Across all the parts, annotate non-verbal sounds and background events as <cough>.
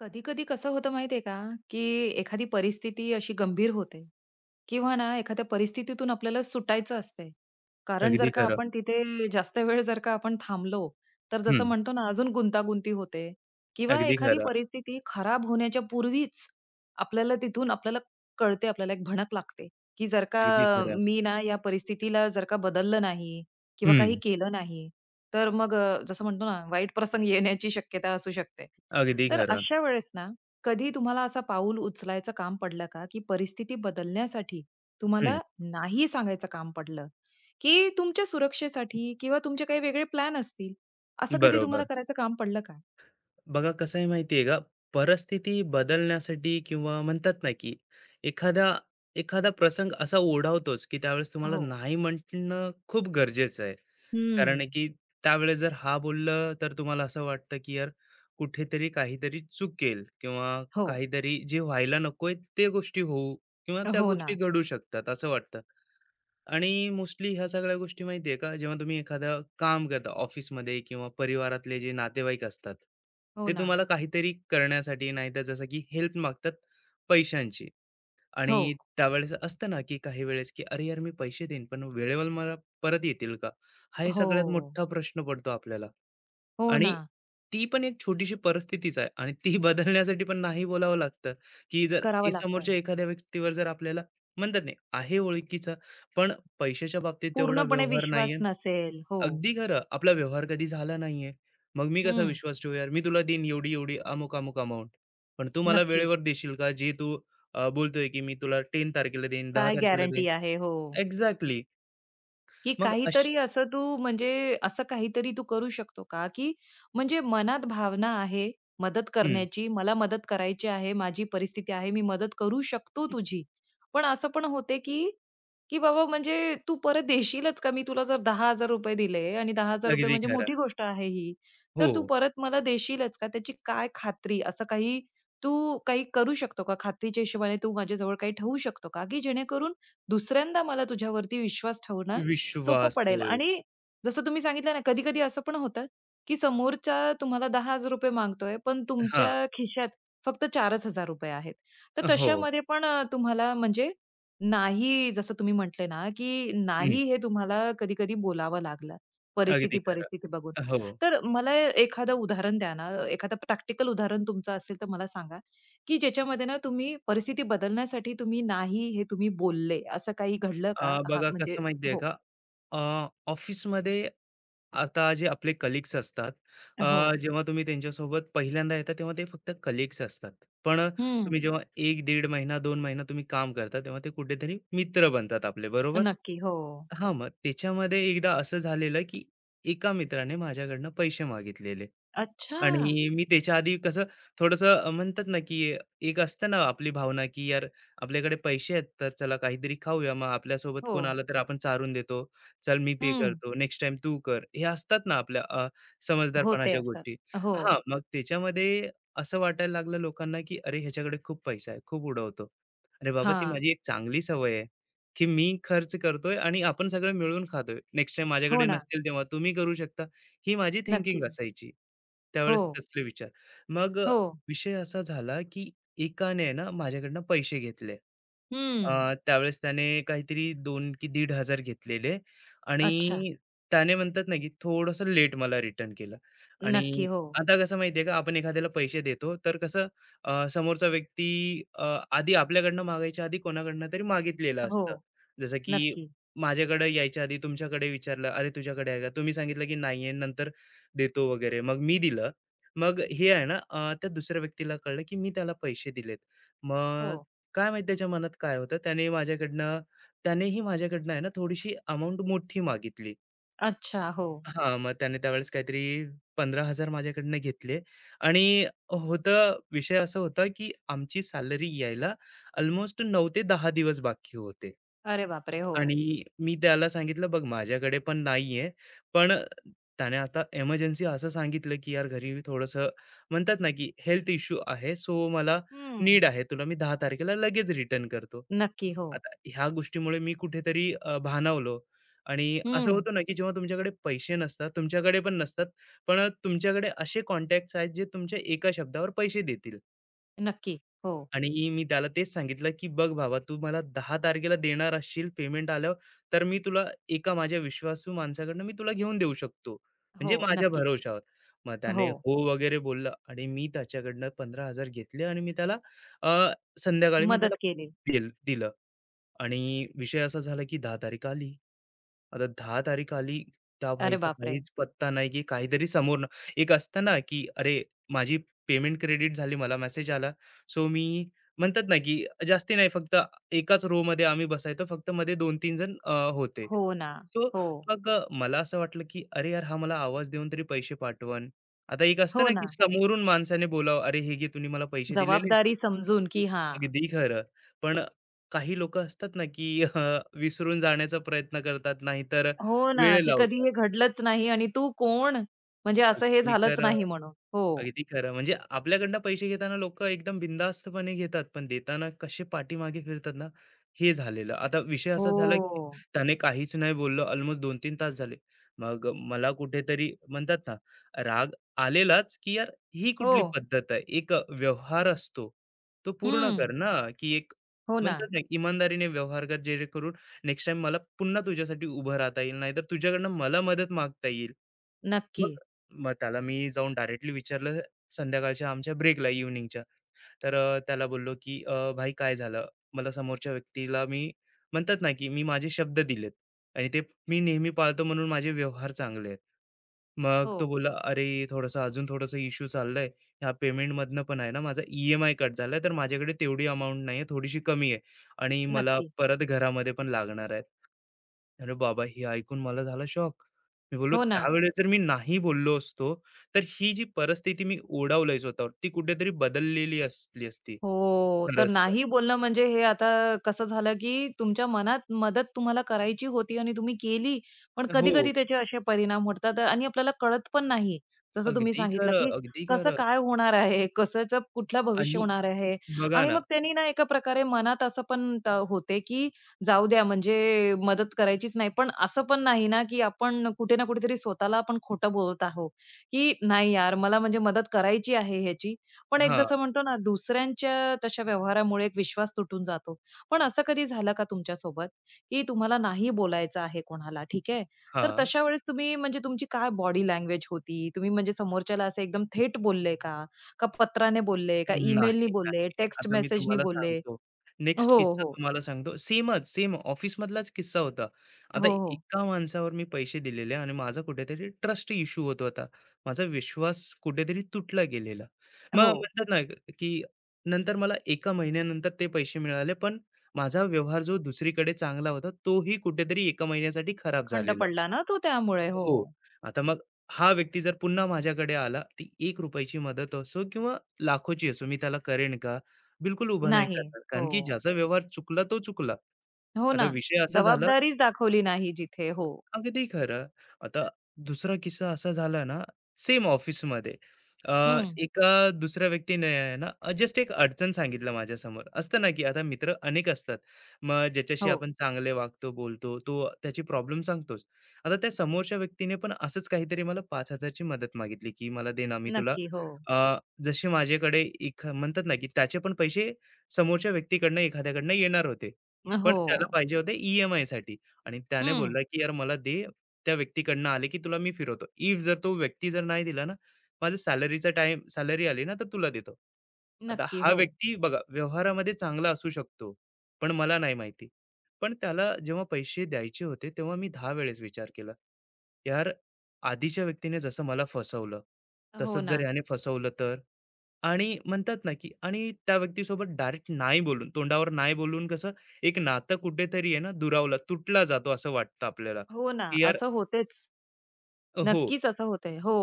कधी-कधी कसं होतं माहितीये का, की एखादी परिस्थिती अशी गंभीर होते किंवा ना एखाद्या परिस्थितीतून आपल्याला सुटायचं असते. कारण जर अगदी का खरं. आपण तिथे जास्त वेळ जर का आपण थांबलो, तर जसं हं. म्हणतो ना अजून गुंतागुंती होते किंवा अगदी एखादी खरं, परिस्थिती खराब होण्याच्या पूर्वीच आपल्याला तिथून आपल्याला कळते, आपल्याला एक भणक लागते, की जर का अगदी खरं. मी ना या परिस्थितीला जर का बदललं नाही किंवा काही हं. केलं नाही, तर मग जसं म्हणतो ना वाईट प्रसंग येण्याची शक्यता असू शकते. अगदी तर खरं. अशा वेळेस ना, कधी तुम्हाला असं पाऊल उचलायचं काम पडलं का, की परिस्थिती बदलण्यासाठी हं. तुम्हाला नाही सांगायचं काम पडलं, की तुमच्या सुरक्षेसाठी किंवा तुमचे काही वेगळे प्लॅन असतील, असं कधी तुम्हाला बरोबर. करायचं काम पडलं का? बघा कसं आहे माहिती आहे का, परिस्थिती बदलण्यासाठी किंवा म्हणतात ना, की एखादा एखादा प्रसंग असा ओढावतोच, की त्यावेळेस तुम्हाला हो. नाही म्हणणं खूप गरजेचं आहे. कारण हं. आहे की त्यावेळेस जर हां बोललं, तर तुम्हाला असं वाटतं, की यार कुठेतरी काहीतरी चुकेल किंवा हो. काहीतरी जे व्हायला नकोय ते गोष्टी होऊ किंवा त्या हो गोष्टी ना. घडू शकतात असं वाटतं. आणि मोस्टली ह्या सगळ्या गोष्टी माहिती आहे का, जेव्हा तुम्ही एखादं काम करता ऑफिसमध्ये किंवा परिवारातले जे नातेवाईक असतात, हो ते ना. तुम्हाला काहीतरी करण्यासाठी नाहीतर जसं की हेल्प मागतात पैशांची. हो. आणि त्यावेळेस असतं ना, की काही वेळेस, की "अरे यार, मी पैसे देईन, पण वेळेवर मला परत येतील का?" हा हे हो. सगळ्यात मोठा प्रश्न पडतो आपल्याला. हो आणि ना. ती पण एक छोटीशी परिस्थितीच आहे आणि ती <laughs> बदलण्यासाठी पण नाही बोलावं लागतं, की जर ए करावं लागतं. समोरच्या एखाद्या व्यक्तीवर जर आपल्याला म्हणतात नाही, आहे ओळखीचा, पण पैशाच्या बाबतीत तेवढा पूर्णपणे व्यवहार नाहीये. विश्वास नसेल. हो. अगदी खरं, आपला व्यवहार कधी झाला नाहीये. मग मी कसा हं. विश्वास ठेवू यार, मी तुला देईन एवढी-एवढी, अमुक-अमुक अमाउंट. पण तू मला नक्की. वेळेवर देशील का? जे तू बोलतोय की मी तुला 10 तारखेला देईन, 10 काय तारखेला देईन. गॅरंटी आहे? हो. एक्झॅक्टली. की मग अश काहीतरी असं तू म्हणजे असं काहीतरी तू करू शकतो का? की म्हणजे मनात भावना आहे मदत हं. करण्याची, मला मदत करायची आहे, माझी परिस्थिती आहे, मी मदत करू शकतो तुझी. पण असं पण होते की की बाबा म्हणजे तू परत देशीलच का? मी तुला जर ₹10,000 दिले आणि ₹10,000 अगदी म्हणजे खरं. मोठी गोष्ट आहे ही. हो. तर तू परत मला देशीलच का? त्याची काय खात्री? असं काही तू काही करू शकतो का? खात्रीच्या हिशोबाने तू माझ्याजवळ काही ठेवू शकतो का? की जेणेकरून दुसऱ्यांदा मला तुझ्यावरती विश्वास ठेवणं सोपं विश्वास पडेल होय. आणि जसं तुम्ही सांगितलं ना, कधी-कधी असं पण होतं, की समोरचा तुम्हाला ₹10,000 मागतोय, पण हां. तुमच्या खिशात फक्त ₹4,000 आहेत. तर हो. तशामध्ये पण तुम्हाला म्हणजे नाही जसं तुम्ही म्हटले ना, की हं. नाही हे तुम्हाला कधी-कधी बोलावं लागलं. अगदी खरं. परिस्थिती बघून. हो. तर मला एखादं उदाहरण द्या ना, एखादं प्रॅक्टिकल उदाहरण तुमचं असेल तर मला सांगा, की ज्याच्यामध्ये ना तुम्ही परिस्थिती बदलण्यासाठी तुम्ही नाही हे तुम्ही बोलले, असं काही घडलं का? हां, बघा म्हणजे कसं माहितीये हो. का अ, ऑफिसमध्ये आता जे आपले कलिग्स असतात हो. जेव्हा तुम्ही त्यांच्यासोबत पहिल्यांदा येता तेव्हा ते फक्त कलिग्स असतात पण हं. तुम्ही जेव्हा एक दीड महिना दोन महिना तुम्ही काम करता तेव्हा ते कुठेतरी मित्र बनतात आपले बरोबर. नक्की. हो. हा मग त्याच्यामध्ये एकदा असं झालेलं की एका मित्राने माझ्याकडनं पैसे मागितलेले अच्छा! आणि मी त्याच्या आधी कसं थोडंसं म्हणतात ना, की एक असतं ना आपली भावना, की यार आपल्याकडे पैसे आहेत, तर चला काहीतरी खाऊया. मग आपल्यासोबत हो. कोण आलं तर आपण चारून देतो. चल मी पे हं. करतो. नेक्स्ट टाइम तू कर. हे असतात ना आपल्या होते समजदारपणाच्या असतात. गोष्टी. हो. हां, मग त्याच्यामध्ये असं वाटायला लागलं लोकांना, की अरे ह्याच्याकडे खूप पैसा आहे, खूप उडवतो. अरे बाबा, ती हां. माझी एक चांगली सवय आहे, की मी खर्च करतोय आणि आपण सगळं मिळून खातोय. नेक्स्ट टाईम हो माझ्याकडे ना. नसतील तेव्हा तुम्ही करू शकता. ही माझी नक्की. थिंकिंग असायची. हो. त्यावेळेस तसले विचार. मग हो. विषय असा झाला, की एकाने आहे ना माझ्याकडनं पैसे घेतले. हं. त्यावेळेस त्याने काहीतरी दोन की 1500 घेतलेले अच्छा. आणि त्याने म्हणतात ना, की थोडंसं लेट मला रिटर्न केलं. आणि नक्की. हो. आता कसं माहिती आहे का, आपण एखाद्याला पैसे देतो, तर कसं समोरचा व्यक्ती आधी आपल्याकडनं मागायच्या आधी कोणाकडनं तरी मागितलेलं हो. असतं. जसं की नक्की. माझ्याकडे यायच्या आधी तुमच्याकडे विचारलं, "अरे, तुझ्याकडे आहे का?" तुम्ही सांगितलं की "नाही आहे, नंतर देतो" वगैरे. मग मी दिलं. मग हे आहे ना, त्या दुसऱ्या व्यक्तीला कळलं की मी त्याला पैसे दिलेत. हो. मग काय माहीत त्याच्या मनात काय होतं, त्यानेही माझ्याकडनं आहे ना, थोडीशी अमाउंट मोठी मागितली. अच्छा. हो. हां, मग त्याने त्यावेळेस काहीतरी 15,000 माझ्याकडनं घेतले आणि होतं विषय असा होता की आमची सॅलरी यायला अल्मोस्ट 9 ते 10 दिवस बाकी होते. अरे बापरे! हो. आणि मी त्याला सांगितलं बघ माझ्याकडे पण नाहीये. पण त्याने आता एमर्जन्सी असं सांगितलं, की यार घरी थोडंसं म्हणतात ना, की हेल्थ इश्यू आहे. सो मला हं. नीड आहे. तुला मी 10 तारखेला लगेच रिटर्न करतो. नक्की. हो. आता ह्या गोष्टीमुळे मी कुठेतरी भानावलो आणि असं हं. होतं ना, की जेव्हा तुमच्याकडे पैसे नसतात, तुमच्याकडे पण नसतात. पण तुमच्याकडे असे कॉन्टॅक्ट्स आहेत जे तुमच्या एका शब्दावर पैसे देतील. नक्की. हो. आणि मी त्याला तेच सांगितलं, की "बघ भावा, तू मला 10 तारखेला देणार असशील पेमेंट आल्यावर, तर मी तुला एका माझ्या विश्वासू माणसाकडनं मी तुला घेऊन देऊ शकतो, हो. म्हणजे माझ्या बरोबर. नक्की. भरवशावर." मग त्याने हो. हो वगैरे बोलला आणि मी त्याच्याकडनं 15,000 घेतले आणि मी त्याला अ, संध्याकाळी मी त्याला मदत केली. दिल दिलं. आणि विषय असा झाला की 10 तारीख आली. आता 10 तारीख आली, त्या अरे भाईचा बापरे! काहीच पत्ता नाही की काहीतरी समोरनं एक असतं ना की "अरे, माझी पेमेंट क्रेडिट झाली, मला मेसेज आला." सो मी म्हणतात ना की जास्ती नाही, फक्त एकाच रोमध्ये आम्ही बसायचो. फक्त मध्ये 2-3 जण होते. हो ना. सो हो. मग मला असं वाटलं की "अरे यार, हा मला आवाज देऊन तरी पैसे पाठवण." आता एक असतं हो ना की ना. समोरून माणसाने बोलावं, "अरे, हे घे, तूने मला पैसे दिलेले." जबाबदारी समजून की हां. अगदी खरं. पण काही लोकं असतात ना, की विसरून जाण्याचा प्रयत्न करतात, नाहीतर हो ना, वेळ की कधी लावतात. हे घडलंच नाही आणि तू कोण? म्हणजे असं हे अगदी झालंच खरं. नाही म्हणून. हो. अगदी खरं. म्हणजे आपल्याकडनं पैसे घेताना लोकं एकदम बिनधास्तपणे घेतात, पण देताना कसे पाठीमागे फिरतात ना, हे झालेलं. आता विषय असा झाला, की हो. त्याने काहीच नाही बोललं. ऑलमोस्ट 2 तीन तास झाले. मग मला कुठेतरी म्हणतात ना, राग आलेलाच, की यार ही हो. कुठली पद्धत आहे? एक व्यवहार असतो. तो पूर्ण हं. कर ना, की एक हो ना. म्हणतात ना, इमानदारीने व्यवहार कर, जेणेकरून नेक्स्ट टाईम मला पुन्हा तुझ्यासाठी उभं राहता येईल. नाहीतर तुझ्याकडनं मला मदत मागता येईल. मग नक्की. मग त्याला मी जाऊन डायरेक्टली विचारलं संध्याकाळच्या आमच्या ब्रेकला इव्हनिंगच्या. तर त्याला बोललो की भाई काय झालं?" मला समोरच्या व्यक्तीला मी म्हणतात ना, की मी माझे शब्द दिलेत आणि ते मी नेहमी पाळतो म्हणून माझे व्यवहार चांगले आहेत. मग हो. तो बोलला, "अरे, थोडंसं अजून थोडंसं इश्यू चाललंय. ह्या पेमेंटमधनं पण आहे ना, माझा ई कट झालाय, तर माझ्याकडे तेवढी अमाउंट नाहीये, थोडीशी कमी आहे आणि मला नक्की. परत घरामध्ये पण लागणार आहे." अरे बाबा! हे ऐकून मला झाला शॉक. मी बोललो, हो ना. "त्यावेळेस जर मी नाही बोललो असतो, तर ही जी परिस्थिती मी ओढावली स्वतःवर, ती कुठेतरी बदललेली असली असती." हो. तर खरंच तर. नाही बोलणं म्हणजे हे आता कसं झालं, की तुमच्या मनात मदत तुम्हाला करायची होती आणि तुम्ही केली. पण हो. कधी-कधी त्याचे असे परिणाम होतात आणि आपल्याला कळत पण नाही. जसं तुम्ही अगदी सांगितलं, खरं, की अगदी कसं खरं. काय होणार आहे, कसचं कुठलं भविष्य आणि होणार आहे बघा आणि ना. मग त्यांनी ना एका प्रकारे मनात असं पण होते, की जाऊ द्या म्हणजे मदत करायचीच नाही. पण असं पण नाही ना, की आपण कुठे ना कुठेतरी स्वतःला आपण खोटं बोलत आहोत, की नाही यार मला म्हणजे मदत करायची आहे ह्याची पण एक हां, जसं म्हणतो ना, दुसऱ्यांच्या तशा व्यवहारामुळे एक विश्वास तुटून जातो. पण असं कधी झालं का तुमच्या सोबत, की तुम्हाला नाही बोलायचं आहे कोणाला, ठीक आहे. तर हां. तशा वेळेस तुम्ही म्हणजे तुमची काय बॉडी लँग्वेज होती? तुम्ही म्हणजे समोरच्याला असं एकदम थेट बोलले का? का पत्राने बोलले? का ईमेलनी नाही, नाही. बोलले? टेक्स्ट आता मी मेसेजनी तुम्हाला बोलले? सांगतो. नेक्स्ट हो, किस्सा हो. तुम्हाला सांगतो. सेमच, सेम ऑफिसमधलाच किस्सा होता. आता हो, हो. एका माणसावर मी पैसे दिलेले आणि माझा कुठेतरी ट्रस्ट इश्यू होत होता. माझा विश्वास कुठेतरी तुटला गेलेला. मग हो. म्हणतात ना, की नंतर मला एका महिन्यानंतर ते पैसे मिळाले, पण माझा व्यवहार जो दुसरीकडे चांगला होता, तोही कुठेतरी एका महिन्यासाठी खराब खंड झालेला. पडला ना तो त्यामुळे. हो. हो. आता मग हा व्यक्ती जर पुन्हा माझ्याकडे आला, ती ₹1 ची मदत असो किंवा लाखोची असो, मी त्याला करेन का? बिलकुल उभा नाही नाही. करणार. हो. कारण की ज्याचा व्यवहार चुकला तो चुकला. हो आता ना. विषय असा झाला. जबाबदारीच दाखवली नाही जिथे. हो. अगदी खरं. आता दुसरा किस्सा असा झाला ना, सेम ऑफिसमध्ये अ, हं. एका दुसऱ्या व्यक्तीने आहे ना, जस्ट एक अडचण सांगितलं माझ्यासमोर. असतं ना, की आता मित्र अनेक असतात. मग ज्याच्याशी हो. आपण चांगले वागतो, बोलतो, तो त्याची प्रॉब्लेम सांगतोच. आता त्या समोरच्या व्यक्तीने पण असंच काहीतरी मला 5,000 ची मदत मागितली, की मला दे ना, मी तुला नक्की. हो. अ, जसे माझ्याकडे एक म्हणतात ना, की त्याचे पण पैसे समोरच्या व्यक्तीकडनं एखाद्याकडनं येणार होते. पण हो. त्याला पाहिजे होते ई-एम-आयसाठी. आणि त्याने हं, बोलला, की "यार मला दे, त्या व्यक्तीकडनं आले, की तुला मी फिरवतो. इफ जर तो व्यक्ती जर नाही दिला ना, माझा सॅलरीचा टाईम सॅलरी आली ना, तर तुला देतो." आता नक्की. हा हो. व्यक्ती बघा व्यवहारामध्ये चांगला असू शकतो, पण मला नाही माहिती. पण त्याला जेव्हा पैसे द्यायचे होते, तेव्हा मी 10 वेळेस विचार केला. यार, आधीच्या व्यक्तीने जसं मला फसवलं, हो तसंच जर ना. याने फसवलं तर? आणि म्हणतात ना, की आणि त्या व्यक्तीसोबत डायरेक्ट नाही बोलून, तोंडावर नाही बोलून कसं एक नातं कुठेतरी आहे ना दुरावला, तुटला जातो असं वाटतं आपल्याला, हो ना. की यार. असं होतेच. हो, नक्कीच असं होते, हो.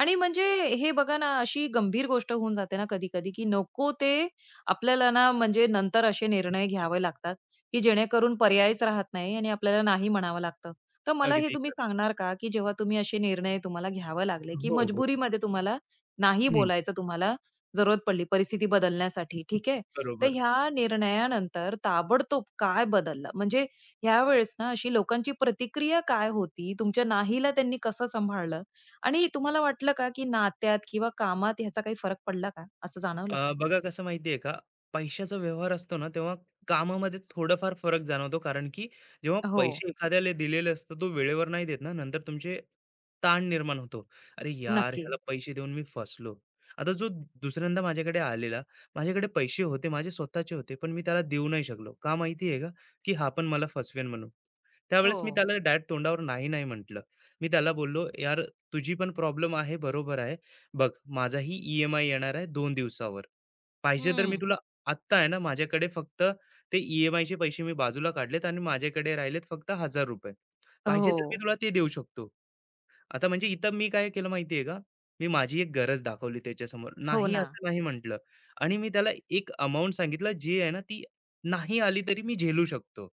आणि म्हणजे हे बघा ना, अशी गंभीर गोष्ट होऊन जाते ना कधी-कधी, की नको ते आपल्याला ना म्हणजे नंतर असे निर्णय घ्यावे लागतात, की जेणेकरून पर्यायच राहत नाही आणि आपल्याला नाही म्हणावं लागतं. तर मला हे अगदी तुम्ही खरं. सांगणार का, की जेव्हा तुम्ही असे निर्णय तुम्हाला घ्यावे लागले, की हो, हो. मजबुरीमध्ये तुम्हाला नाही हं, बोलायचं तुम्हाला जरूरत पडली परिस्थिती बदलण्यासाठी, ठीक आहे. तर बरोबर. ह्या निर्णयानंतर ताबडतोब काय बदललं? म्हणजे ह्यावेळेस ना अशी लोकांची प्रतिक्रिया काय होती? तुमच्या नाहीला त्यांनी कसं सांभाळलं? आणि तुम्हाला वाटलं का, की नात्यात किंवा कामात ह्याचा काही फरक पडला का? असं जाणवलं का? बघा कसं माहितीये का पैशाचा व्यवहार असतो ना तेव्हा कामामध्ये थोडंफार फरक जाणवतो कारण की जेव्हा हो, पैसे एखाद्याला दिलेले असतात तो वेळेवर नाही देत ना नंतर तुमचे ताण निर्माण होतो अरे यार नक्की. ह्याला पैसे देऊन मी फसलो. आता जो दुसऱ्यांदा माझ्याकडे आलेला माझ्याकडे पैसे होते माझे स्वतःचे होते पण मी त्याला देऊ नाही शकलो का माहिती का की हा पण मला फसवेन म्हणून हो. त्यावेळेस मी त्याला डायरेक्ट तोंडावर नाही नाही म्हटलं. मी त्याला बोललो यार तुझी पण प्रॉब्लेम आहे बरोबर आहे बघ माझाही ई-एम-आय येणार आहे दोन दिवसावर. पाहिजे तर मी हं. तुला आत्ता आहे ना माझ्याकडे फक्त ते ई-एम-आयचे पैसे मी बाजूला काढलेत आणि माझ्याकडे राहिलेत फक्त ₹1,000. पाहिजे तर मी हो. तुला ते देऊ शकतो. आता म्हणजे इथं मी काय केलं माहिती आहे का? मी माझी एक गरज दाखवली त्याच्यासमोर. हो नाही ना. असं नाही म्हटलं. आणि मी त्याला एक अमाउंट सांगितलं जी आहे ना ती नाही आली तरी मी झेलू शकतो.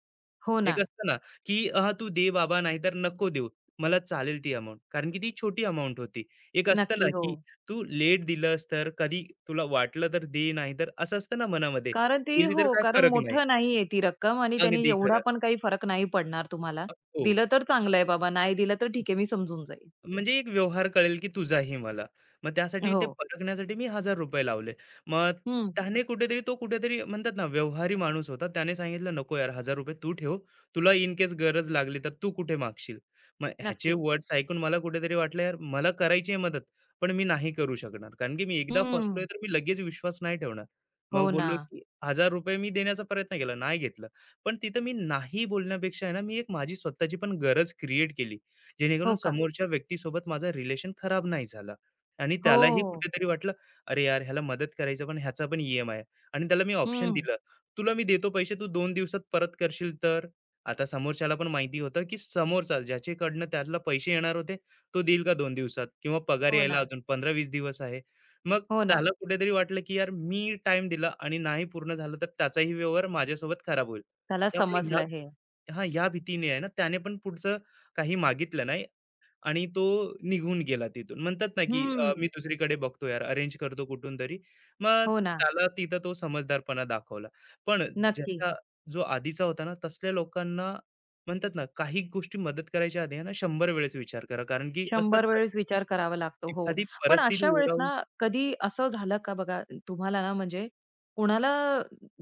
हो एक ना. असतं ना, की "हां, तू दे बाबा नाहीतर नको देऊ. मला चालेल ती अमाउंट." कारण की ती छोटी अमाउंट होती. एक असतं ना, नक्की. हो. की तू लेट दिलंस तर कधी तुला वाटलं तर दे, नाहीतर असं असतं ना मनामध्ये. कारण ते दिली हो, तर काय कारण फरक नाही. मोठं नाहीये ती रक्कम आणि त्याने अगदी एवढा खरं. पण काही फरक नाही पडणार तुम्हाला. अ, हो. दिलं तर चांगलं आहे बाबा, नाही दिलं तर ठीक आहे, मी समजून जाईल. म्हणजे एक व्यवहार कळेल की तुझाही मला. मग त्यासाठी हो. ते परखण्यासाठी मी ₹1,000 लावले. मग हं. त्याने कुठेतरी तो म्हणतात ना व्यवहारी माणूस होता. त्याने सांगितलं, "नको यार ₹1,000 तू ठेव. तुला इन केस गरज लागली तर तू कुठे मागशील?" मग ह्याचे नक्की. वर्ड्स ऐकून मला कुठेतरी वाटलं यार मला करायची आहे मदत, पण मी नाही करू शकणार. कारण की मी एकदा हं. फसलोय तर मी लगेच विश्वास नाही ठेवणार. मग हो ना. बोललो की ₹1,000 मी देण्याचा प्रयत्न केला, नाही घेतलं. पण तिथं मी नाही बोलण्यापेक्षा आहे ना, मी एक माझी स्वतःची पण गरज क्रिएट केली. जेणेकरून हो का? समोरच्या व्यक्तीसोबत माझं रिलेशन खराब नाही झालं आणि हो. त्यालाही कुठेतरी वाटलं, "अरे यार, ह्याला मदत करायचं, पण ह्याचा पण ई-एम-आय." आणि त्याला मी ऑप्शन हं. दिलं, "तुला मी देतो पैसे, तू 2 दिवसात परत करशील तर?" आता समोरच्याला पण माहिती होतं, की समोरचा ज्याच्याकडनं त्याला पैसे येणार होते, तो देईल का 2 दिवसात किंवा पगार हो यायला ना. अजून 15-20 दिवस आहे. मग हो ना. त्याला कुठेतरी वाटलं, की यार मी टाईम दिला आणि नाही पूर्ण झालं, तर त्याचाही व्यवहार माझ्यासोबत खराब होईल. त्याला त्यामुळे ह्या समजलं हे. हां, ह्या भीतीने आहे ना, त्याने पण पुढचं काही मागितलं नाही आणि तो निघून गेला तिथून. म्हणतात ना, की मी हं. दुसरीकडे बघतो यार, अरेंज करतो कुठून तरी. मग हो ना. त्याला तिथं तो समजदारपणा दाखवला. पण नक्की. ज्याचा जो आधीचा होता ना, तसल्या लोकांना म्हणतात ना, काही गोष्टी मदत करायच्या आधी आहे ना, 100 वेळेस विचार करा. कारण की असतात 100 ना वेळेस विचार करावा लागतो. हो. एखादी पण अशा परिस्थिती वेळेस ना ओढावून. कधी असं झालं का बघा तुम्हाला ना म्हणजे कोणाला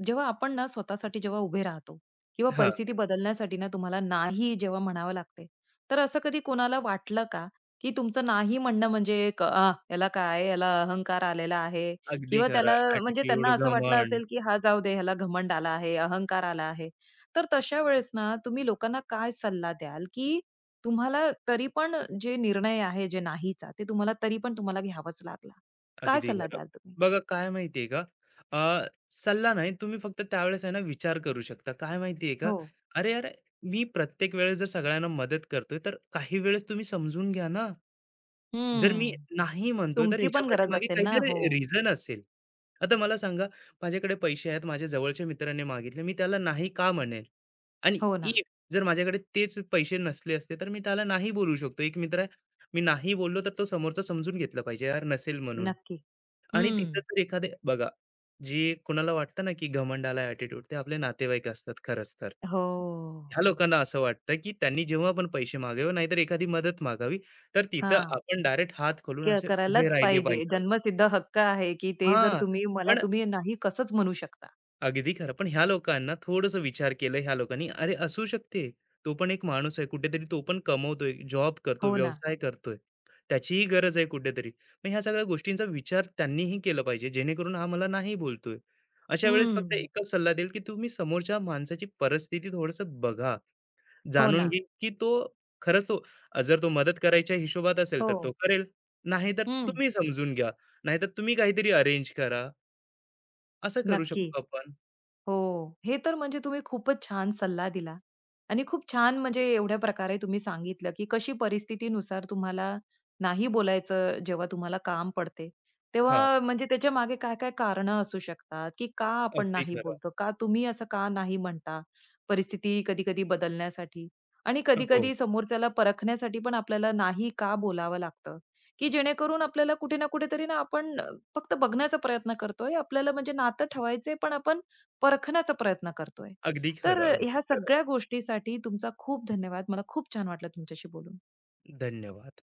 जेव्हा आपण ना स्वतःसाठी जेव्हा उभे राहतो किंवा हां, परिस्थिती बदलण्यासाठी ना तुम्हाला नाही जेव्हा म्हणावं लागते, तर असं कधी कोणाला वाटलं का, की तुमचं नाही म्हणणं म्हणजे एक "आह, याला काय, याला अहंकार आलेला आहे" अगदी किंवा त्याला खरं. म्हणजे ॲटिट्यूड, त्यांना असं वाटलं घमंड. असेल, की "हा जाऊ दे, ह्याला घमंड आला आहे, अहंकार आला आहे." तर तशा वेळेस ना तुम्ही लोकांना काय सल्ला द्याल, की तुम्हाला तरी पण जे निर्णय आहे, जे नाहीचा, ते तुम्हाला तरी पण तुम्हाला घ्यावाच लागला. काय अगदी सल्ला खरं. द्याल तुम्ही? बघा काय माहितीये का सल्ला नाही तुम्ही फक्त त्यावेळेस आहे ना विचार करू शकता. काय माहितीये का, हो. अरे यार मी प्रत्येक वेळेस जर सगळ्यांना मदत करतोय, तर काही वेळेस तुम्ही समजून घ्या ना. जर मी हम्म. नाही म्हणतोय, तर तुमची ह्याच्या पण गरज पाठीमागे असेल ना? काहीतरी हो. रिझन असेल. आता मला सांगा, माझ्याकडे पैसे आहेत, माझ्या जवळच्या मित्राने मागितले, मी त्याला नाही का म्हणेल? आणि हो ना. इफ जर माझ्याकडे तेच पैसे नसले असते, तर मी त्याला नाही बोलू शकतो. एक मित्र आहे, मी नाही बोललो, तर तो समोरचा समजून घेतलं पाहिजे, यार नसेल म्हणून. नक्की. आणि हं. तिथं जर एखादे बघा, जे कुणाला वाटतं ना, की घमंडाला ॲटिट्यूड, ते आपले नातेवाईक असतात खरंच तर. हो. ह्या लोकांना असं वाटतं, की त्यांनी जेव्हा पण पैसे मागावे, नाहीतर एखादी मदत मागावी. तर तिथं हां. आपण डायरेक्ट हात खोलून क असे उभे करायलाच राहिले पाहिजे. पाहिजे. जन्मसिद्ध हक्क आहे, की ते जर हां, तुम्ही मला पण तुम्ही नाही कसंच म्हणू शकता. अगदी खरं. पण ह्या लोकांना थोड़स विचार केलं ह्या लोकांनी, अरे असू शकते. तो पण एक माणूस आहे. कुठेतरी तो पण कमवतोय, जॉब करतो, हो ना. व्यवसाय करतोय. त्याचीही गरज आहे कुठेतरी. मग ह्या सगळ्या गोष्टींचा विचार त्यांनीही केला पाहिजे, जेणेकरून हा मला नाही बोलतोय. अशा वेळेस फक्त हं. एकच सल्ला देईल, की तुम्ही समोरच्या माणसाची परिस्थिती थोडंसं बघा. हो जाणून ना. घेईल, की तो खरंच जर तो मदत करायच्या हिशोबात असेल हो. तर तो करेल. नाहीतर हं. तुम्ही समजून घ्या. नाहीतर तुम्ही काहीतरी अरेंज करा. असं करू नक्की. शकतो आपण. हो. हे तर म्हणजे तुम्ही खूपच छान सल्ला दिला आणि खूप छान म्हणजे एवढ्या प्रकारे तुम्ही सांगितलं, की कशी परिस्थितीनुसार तुम्हाला नाही बोलायचं जेव्हा तुम्हाला काम पडते. हां, तेव्हा म्हणजे त्याच्या मागे काय-काय कारण असू शकतात, की का आपण अगदी नाही खरं. बोलतो? का तुम्ही असं का नाही म्हणता? परिस्थिती कधी-कधी बदलण्यासाठी आणि हो, कधी-कधी समोरच्याला परखण्यासाठी पण आपल्याला नाही का बोलावं लागतं, की जेणेकरून आपल्याला कुठे ना कुठेतरी ना आपण फक्त बघण्याचा प्रयत्न करतोय. आपल्याला म्हणजे नातं ठेवायचंय, पण आपण परखण्याचा प्रयत्न करतोय. अगदी तर खरं, अगदी ह्या खरं. सगळ्या गोष्टीसाठी तुमचा खूप धन्यवाद. मला खूप छान वाटलं तुमच्याशी बोलून. धन्यवाद.